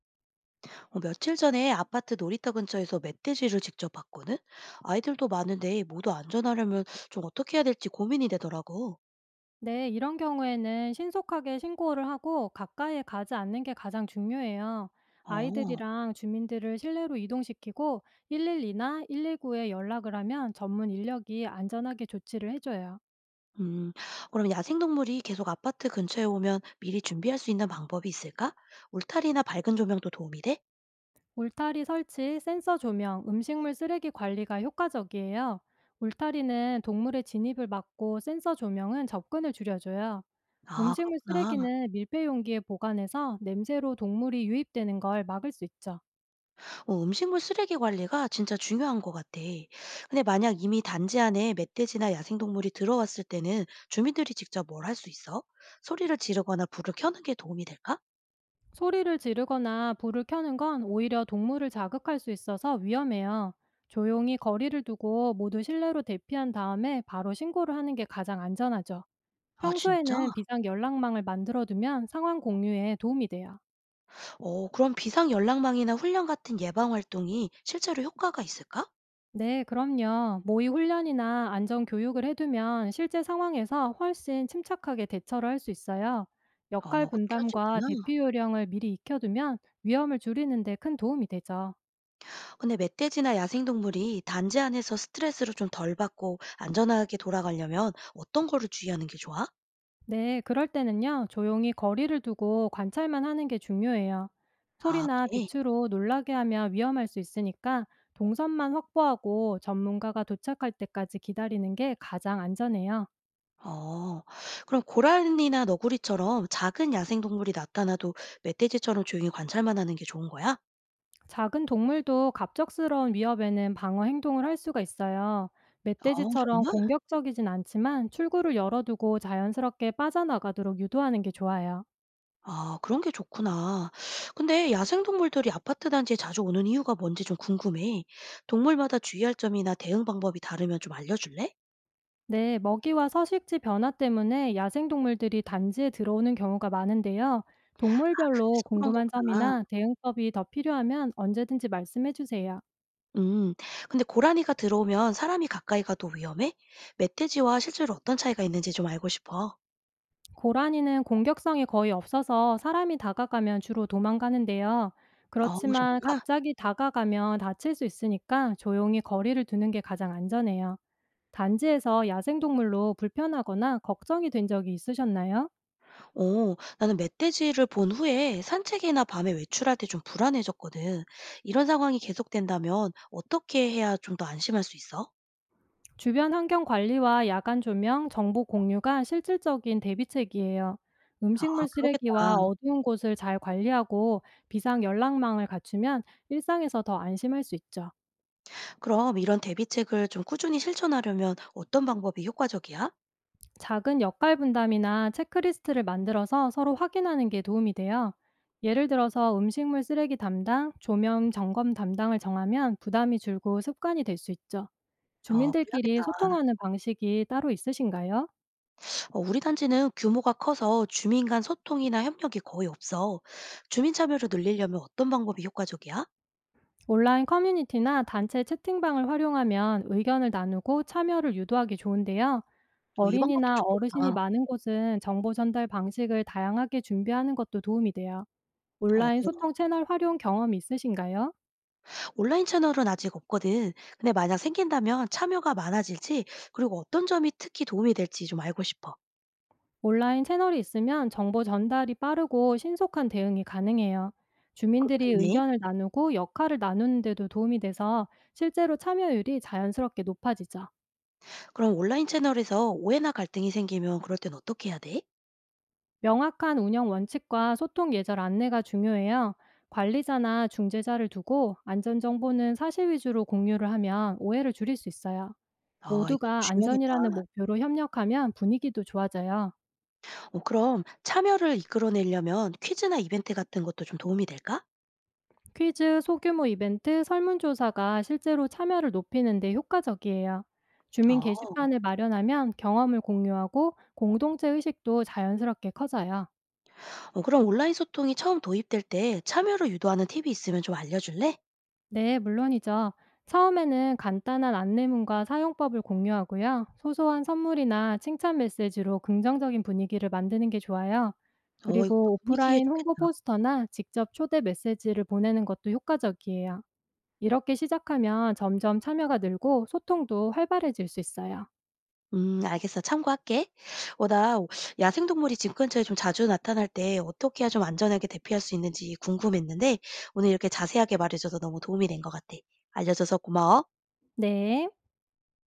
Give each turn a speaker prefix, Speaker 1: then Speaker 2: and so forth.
Speaker 1: 며칠 전에 아파트 놀이터 근처에서 멧돼지를 직접 봤거든? 아이들도 많은데 모두 안전하려면 좀 어떻게 해야 될지 고민이 되더라고.
Speaker 2: 네, 이런 경우에는 신속하게 신고를 하고 가까이에 가지 않는 게 가장 중요해요.
Speaker 1: 어,
Speaker 2: 아이들이랑 주민들을 실내로 이동시키고 112나 119에 연락을 하면 전문 인력이 안전하게 조치를 해줘요.
Speaker 1: 음, 그럼 야생동물이 계속 아파트 근처에 오면 미리 준비할 수 있는 방법이 있을까? 울타리나 밝은 조명도 도움이 돼?
Speaker 2: 울타리 설치, 센서 조명, 음식물 쓰레기 관리가 효과적이에요. 울타리는 동물의 진입을 막고 센서 조명은 접근을 줄여줘요.
Speaker 1: 아,
Speaker 2: 음식물
Speaker 1: 그렇구나.
Speaker 2: 쓰레기는 밀폐 용기에 보관해서 냄새로 동물이 유입되는 걸 막을 수 있죠.
Speaker 1: 음식물 쓰레기 관리가 진짜 중요한 것 같아. 근데 만약 이미 단지 안에 멧돼지나 야생동물이 들어왔을 때는 주민들이 직접 뭘 할 수 있어? 소리를 지르거나 불을 켜는 게 도움이 될까?
Speaker 2: 소리를 지르거나 불을 켜는 건 오히려 동물을 자극할 수 있어서 위험해요. 조용히 거리를 두고 모두 실내로 대피한 다음에 바로 신고를 하는 게 가장 안전하죠.
Speaker 1: 아, 진짜?
Speaker 2: 평소에는 비상 연락망을 만들어 두면 상황 공유에 도움이 돼요.
Speaker 1: 어, 그럼 비상 연락망이나 훈련 같은 예방 활동이 실제로 효과가 있을까?
Speaker 2: 네, 그럼요. 모의 훈련이나 안전 교육을 해두면 실제 상황에서 훨씬 침착하게 대처를 할 수 있어요.
Speaker 1: 어,
Speaker 2: 역할
Speaker 1: 뭐 그렇게 할 수
Speaker 2: 분담과
Speaker 1: 있구나.
Speaker 2: 대피 요령을 미리 익혀두면 위험을 줄이는 데 큰 도움이 되죠.
Speaker 1: 근데 멧돼지나 야생동물이 단지 안에서 스트레스를 좀 덜 받고 안전하게 돌아가려면 어떤 거를 주의하는 게 좋아?
Speaker 2: 네, 그럴 때는요, 조용히 거리를 두고 관찰만 하는 게 중요해요.
Speaker 1: 아,
Speaker 2: 소리나
Speaker 1: 그래?
Speaker 2: 빛으로 놀라게 하면 위험할 수 있으니까 동선만 확보하고 전문가가 도착할 때까지 기다리는 게 가장 안전해요.
Speaker 1: 어. 그럼 고라니나 너구리처럼 작은 야생동물이 나타나도 멧돼지처럼 조용히 관찰만 하는 게 좋은 거야?
Speaker 2: 작은 동물도 갑작스러운 위협에는 방어 행동을 할 수가 있어요.
Speaker 1: 어,
Speaker 2: 멧돼지처럼
Speaker 1: 정말?
Speaker 2: 공격적이진 않지만 출구를 열어두고 자연스럽게 빠져나가도록 유도하는 게 좋아요.
Speaker 1: 아, 그런 게 좋구나. 근데 야생동물들이 아파트 단지에 자주 오는 이유가 뭔지 좀 궁금해. 동물마다 주의할 점이나 대응 방법이 다르면 좀 알려줄래?
Speaker 2: 네, 먹이와 서식지 변화 때문에 야생동물들이 단지에 들어오는 경우가 많은데요.
Speaker 1: 아,
Speaker 2: 동물별로
Speaker 1: 그래서 그런
Speaker 2: 궁금한
Speaker 1: 거구나.
Speaker 2: 점이나 대응법이 더 필요하면 언제든지 말씀해 주세요.
Speaker 1: 음. 근데 고라니가 들어오면 사람이 가까이 가도 위험해? 멧돼지와 실제로 어떤 차이가 있는지 좀 알고 싶어.
Speaker 2: 고라니는 공격성이 거의 없어서 사람이 다가가면 주로 도망가는데요.
Speaker 1: 어,
Speaker 2: 그렇지만
Speaker 1: 정말?
Speaker 2: 갑자기 다가가면 다칠 수 있으니까 조용히 거리를 두는 게 가장 안전해요. 단지에서 야생동물로 불편하거나 걱정이 된 적이 있으셨나요?
Speaker 1: 어, 나는 멧돼지를 본 후에 산책이나 밤에 외출할 때 좀 불안해졌거든. 이런 상황이 계속된다면 어떻게 해야 좀 더 안심할 수 있어?
Speaker 2: 주변 환경 관리와 야간 조명, 정보 공유가 실질적인 대비책이에요.
Speaker 1: 아,
Speaker 2: 음식물 쓰레기와
Speaker 1: 그러겠다.
Speaker 2: 어두운 곳을 잘 관리하고 비상 연락망을 갖추면 일상에서 더 안심할 수 있죠.
Speaker 1: 그럼 이런 대비책을 좀 꾸준히 실천하려면 어떤 방법이 효과적이야?
Speaker 2: 작은 역할 분담이나 체크리스트를 만들어서 서로 확인하는 게 도움이 돼요. 예를 들어서 음식물 쓰레기 담당, 조명 점검 담당을 정하면 부담이 줄고 습관이 될 수 있죠.
Speaker 1: 어,
Speaker 2: 주민들끼리
Speaker 1: 그래야겠다.
Speaker 2: 소통하는 방식이 따로 있으신가요?
Speaker 1: 어, 우리 단지는 규모가 커서 주민 간 소통이나 협력이 거의 없어. 주민 참여를 늘리려면 어떤 방법이 효과적이야?
Speaker 2: 온라인 커뮤니티나 단체 채팅방을 활용하면 의견을 나누고 참여를 유도하기 좋은데요.
Speaker 1: 어, 이 방법도
Speaker 2: 어린이나 어르신이
Speaker 1: 좋겠다.
Speaker 2: 많은 곳은 정보 전달 방식을 다양하게 준비하는 것도 도움이 돼요.
Speaker 1: 어,
Speaker 2: 온라인 소통 채널 활용 경험이 있으신가요?
Speaker 1: 온라인 채널은 아직 없거든. 근데 만약 생긴다면 참여가 많아질지, 그리고 어떤 점이 특히 도움이 될지 좀 알고 싶어.
Speaker 2: 온라인 채널이 있으면 정보 전달이 빠르고 신속한 대응이 가능해요. 주민들이
Speaker 1: 그러겠네.
Speaker 2: 의견을 나누고 역할을 나누는데도 도움이 돼서 실제로 참여율이 자연스럽게 높아지죠.
Speaker 1: 그럼 온라인 채널에서 오해나 갈등이 생기면 그럴 땐 어떻게 해야 돼?
Speaker 2: 명확한 운영 원칙과 소통 예절 안내가 중요해요. 관리자나 중재자를 두고 안전 정보는 사실 위주로 공유를 하면 오해를 줄일 수 있어요.
Speaker 1: 아, 이것도
Speaker 2: 모두가
Speaker 1: 중요하겠다.
Speaker 2: 안전이라는 목표로 협력하면 분위기도 좋아져요.
Speaker 1: 어, 그럼 참여를 이끌어내려면 퀴즈나 이벤트 같은 것도 좀 도움이 될까?
Speaker 2: 퀴즈, 소규모 이벤트, 설문조사가 실제로 참여를 높이는 데 효과적이에요. 주민
Speaker 1: 어,
Speaker 2: 게시판을 마련하면 경험을 공유하고 공동체 의식도 자연스럽게 커져요.
Speaker 1: 어, 그럼 온라인 소통이 처음 도입될 때 참여를 유도하는 팁이 있으면 좀 알려줄래?
Speaker 2: 네, 물론이죠. 처음에는 간단한 안내문과 사용법을 공유하고요. 소소한 선물이나 칭찬 메시지로 긍정적인 분위기를 만드는 게 좋아요.
Speaker 1: 어, 이것도
Speaker 2: 그리고
Speaker 1: 분위기에
Speaker 2: 오프라인 홍보
Speaker 1: 좋겠다.
Speaker 2: 포스터나 직접 초대 메시지를 보내는 것도 효과적이에요. 이렇게 시작하면 점점 참여가 늘고 소통도 활발해질 수 있어요.
Speaker 1: 알겠어. 참고할게. 어, 나 야생동물이 집 근처에 좀 자주 나타날 때 어떻게 해야 좀 안전하게 대피할 수 있는지 궁금했는데 오늘 이렇게 자세하게 말해줘서 너무 도움이 된 것 같아. 알려줘서 고마워.
Speaker 2: 네.